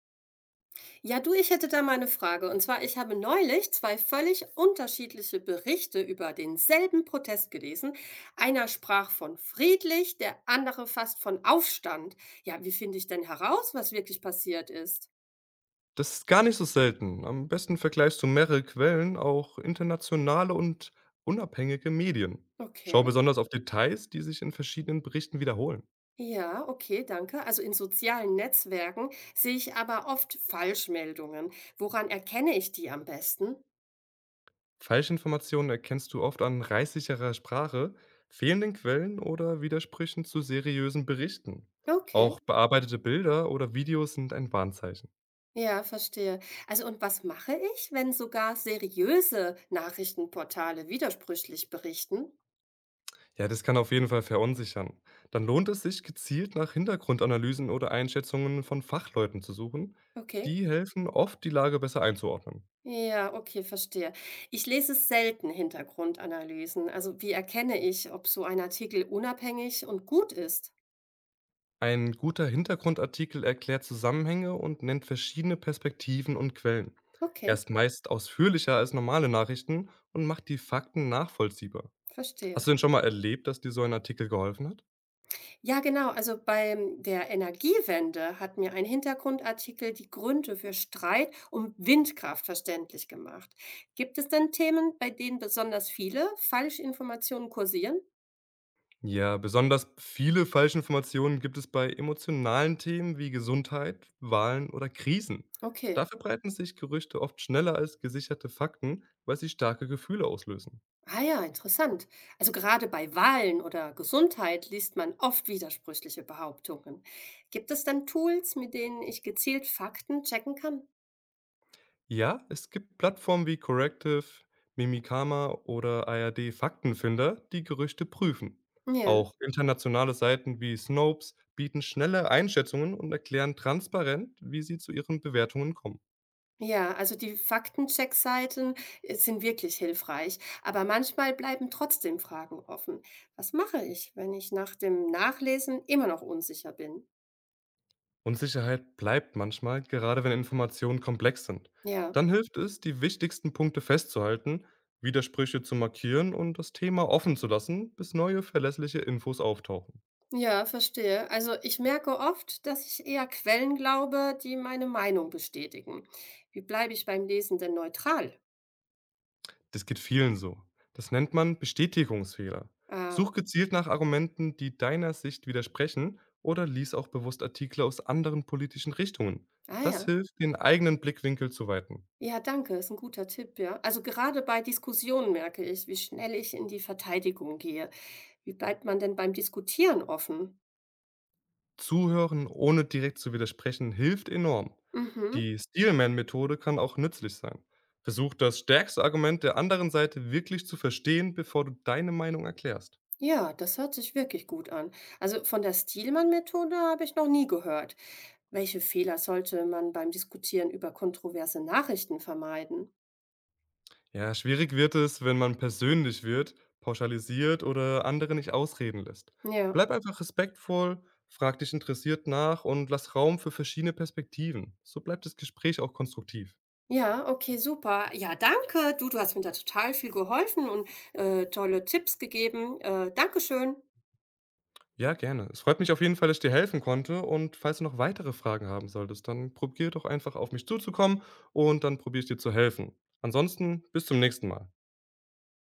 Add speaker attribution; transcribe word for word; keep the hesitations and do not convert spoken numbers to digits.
Speaker 1: Ja, du, ich hätte da mal eine Frage. Und zwar, ich habe neulich zwei völlig unterschiedliche Berichte über denselben Protest gelesen. Einer sprach von friedlich, der andere fast von Aufstand. Ja, wie finde ich denn heraus, was wirklich passiert ist?
Speaker 2: Das ist gar nicht so selten. Am besten vergleichst du mehrere Quellen, auch internationale und unabhängige Medien. Schau
Speaker 1: Okay.
Speaker 2: besonders auf Details, die sich in verschiedenen Berichten wiederholen.
Speaker 1: Ja, okay, danke. Also in sozialen Netzwerken sehe ich aber oft Falschmeldungen. Woran erkenne ich die am besten?
Speaker 2: Falschinformationen erkennst du oft an reißsicherer Sprache, fehlenden Quellen oder Widersprüchen zu seriösen Berichten.
Speaker 1: Okay.
Speaker 2: Auch bearbeitete Bilder oder Videos sind ein Warnzeichen.
Speaker 1: Ja, verstehe. Also und was mache ich, wenn sogar seriöse Nachrichtenportale widersprüchlich berichten?
Speaker 2: Ja, das kann auf jeden Fall verunsichern. Dann lohnt es sich, gezielt nach Hintergrundanalysen oder Einschätzungen von Fachleuten zu suchen.
Speaker 1: Okay.
Speaker 2: Die helfen oft, die Lage besser einzuordnen.
Speaker 1: Ja, okay, verstehe. Ich lese selten Hintergrundanalysen. Also wie erkenne ich, ob so ein Artikel unabhängig und gut ist?
Speaker 2: Ein guter Hintergrundartikel erklärt Zusammenhänge und nennt verschiedene Perspektiven und Quellen. Er
Speaker 1: Okay,
Speaker 2: ist meist ausführlicher als normale Nachrichten und macht die Fakten nachvollziehbar. Hast
Speaker 1: verstehe.
Speaker 2: du denn schon mal erlebt, dass dir so ein Artikel geholfen hat?
Speaker 1: Ja, genau. Also bei der Energiewende hat mir ein Hintergrundartikel die Gründe für Streit um Windkraft verständlich gemacht. Gibt es denn Themen, bei denen besonders viele Falschinformationen kursieren?
Speaker 2: Ja, besonders viele Falschinformationen gibt es bei emotionalen Themen wie Gesundheit, Wahlen oder Krisen.
Speaker 1: Okay.
Speaker 2: Dafür breiten sich Gerüchte oft schneller als gesicherte Fakten, weil sie starke Gefühle auslösen.
Speaker 1: Ah ja, interessant. Also gerade bei Wahlen oder Gesundheit liest man oft widersprüchliche Behauptungen. Gibt es dann Tools, mit denen ich gezielt Fakten checken kann?
Speaker 2: Ja, es gibt Plattformen wie Corrective, Mimikama oder A R D Faktenfinder, die Gerüchte prüfen.
Speaker 1: Ja,
Speaker 2: Auch internationale Seiten wie Snopes bieten schnelle Einschätzungen und erklären transparent, wie sie zu ihren Bewertungen kommen.
Speaker 1: ja, also die Faktencheck-Seiten äh, sind wirklich hilfreich, aber manchmal bleiben trotzdem Fragen offen. Was mache ich, wenn ich nach dem Nachlesen immer noch unsicher bin?
Speaker 2: Unsicherheit bleibt manchmal, gerade wenn Informationen komplex sind.
Speaker 1: Ja.
Speaker 2: Dann hilft es, die wichtigsten Punkte festzuhalten, Widersprüche zu markieren und das Thema offen zu lassen, bis neue verlässliche Infos auftauchen.
Speaker 1: Ja, verstehe. Also ich merke oft, dass ich eher Quellen glaube, die meine Meinung bestätigen. Wie bleibe ich beim Lesen denn neutral?
Speaker 2: Das geht vielen so. Das nennt man Bestätigungsfehler.
Speaker 1: Äh,
Speaker 2: Such gezielt nach Argumenten, die deiner Sicht widersprechen oder lies auch bewusst Artikel aus anderen politischen Richtungen.
Speaker 1: ah ja.
Speaker 2: Das hilft, den eigenen Blickwinkel zu weiten.
Speaker 1: Ja, danke, ist ein guter Tipp, ja. Also gerade bei Diskussionen merke ich, wie schnell ich in die Verteidigung gehe. Wie bleibt man denn beim Diskutieren offen?
Speaker 2: Zuhören, ohne direkt zu widersprechen, hilft enorm.
Speaker 1: Mhm.
Speaker 2: Die Steelman-Methode kann auch nützlich sein. Versuch das stärkste Argument der anderen Seite wirklich zu verstehen, bevor du deine Meinung erklärst.
Speaker 1: Ja, das hört sich wirklich gut an. Also von der Stielmann-Methode habe ich noch nie gehört. Welche Fehler sollte man beim Diskutieren über kontroverse Nachrichten vermeiden?
Speaker 2: Ja, schwierig wird es, wenn man persönlich wird, pauschalisiert oder andere nicht ausreden lässt.
Speaker 1: Ja.
Speaker 2: Bleib einfach respektvoll, frag dich interessiert nach und lass Raum für verschiedene Perspektiven. So bleibt das Gespräch auch konstruktiv.
Speaker 1: Ja, okay, super. Ja, danke. Du, du hast mir da total viel geholfen und, äh, tolle Tipps gegeben. Äh, Dankeschön.
Speaker 2: Ja, gerne. Es freut mich auf jeden Fall, dass ich dir helfen konnte. Und falls du noch weitere Fragen haben solltest, dann probier doch einfach auf mich zuzukommen und dann probiere ich dir zu helfen. Ansonsten bis zum nächsten Mal.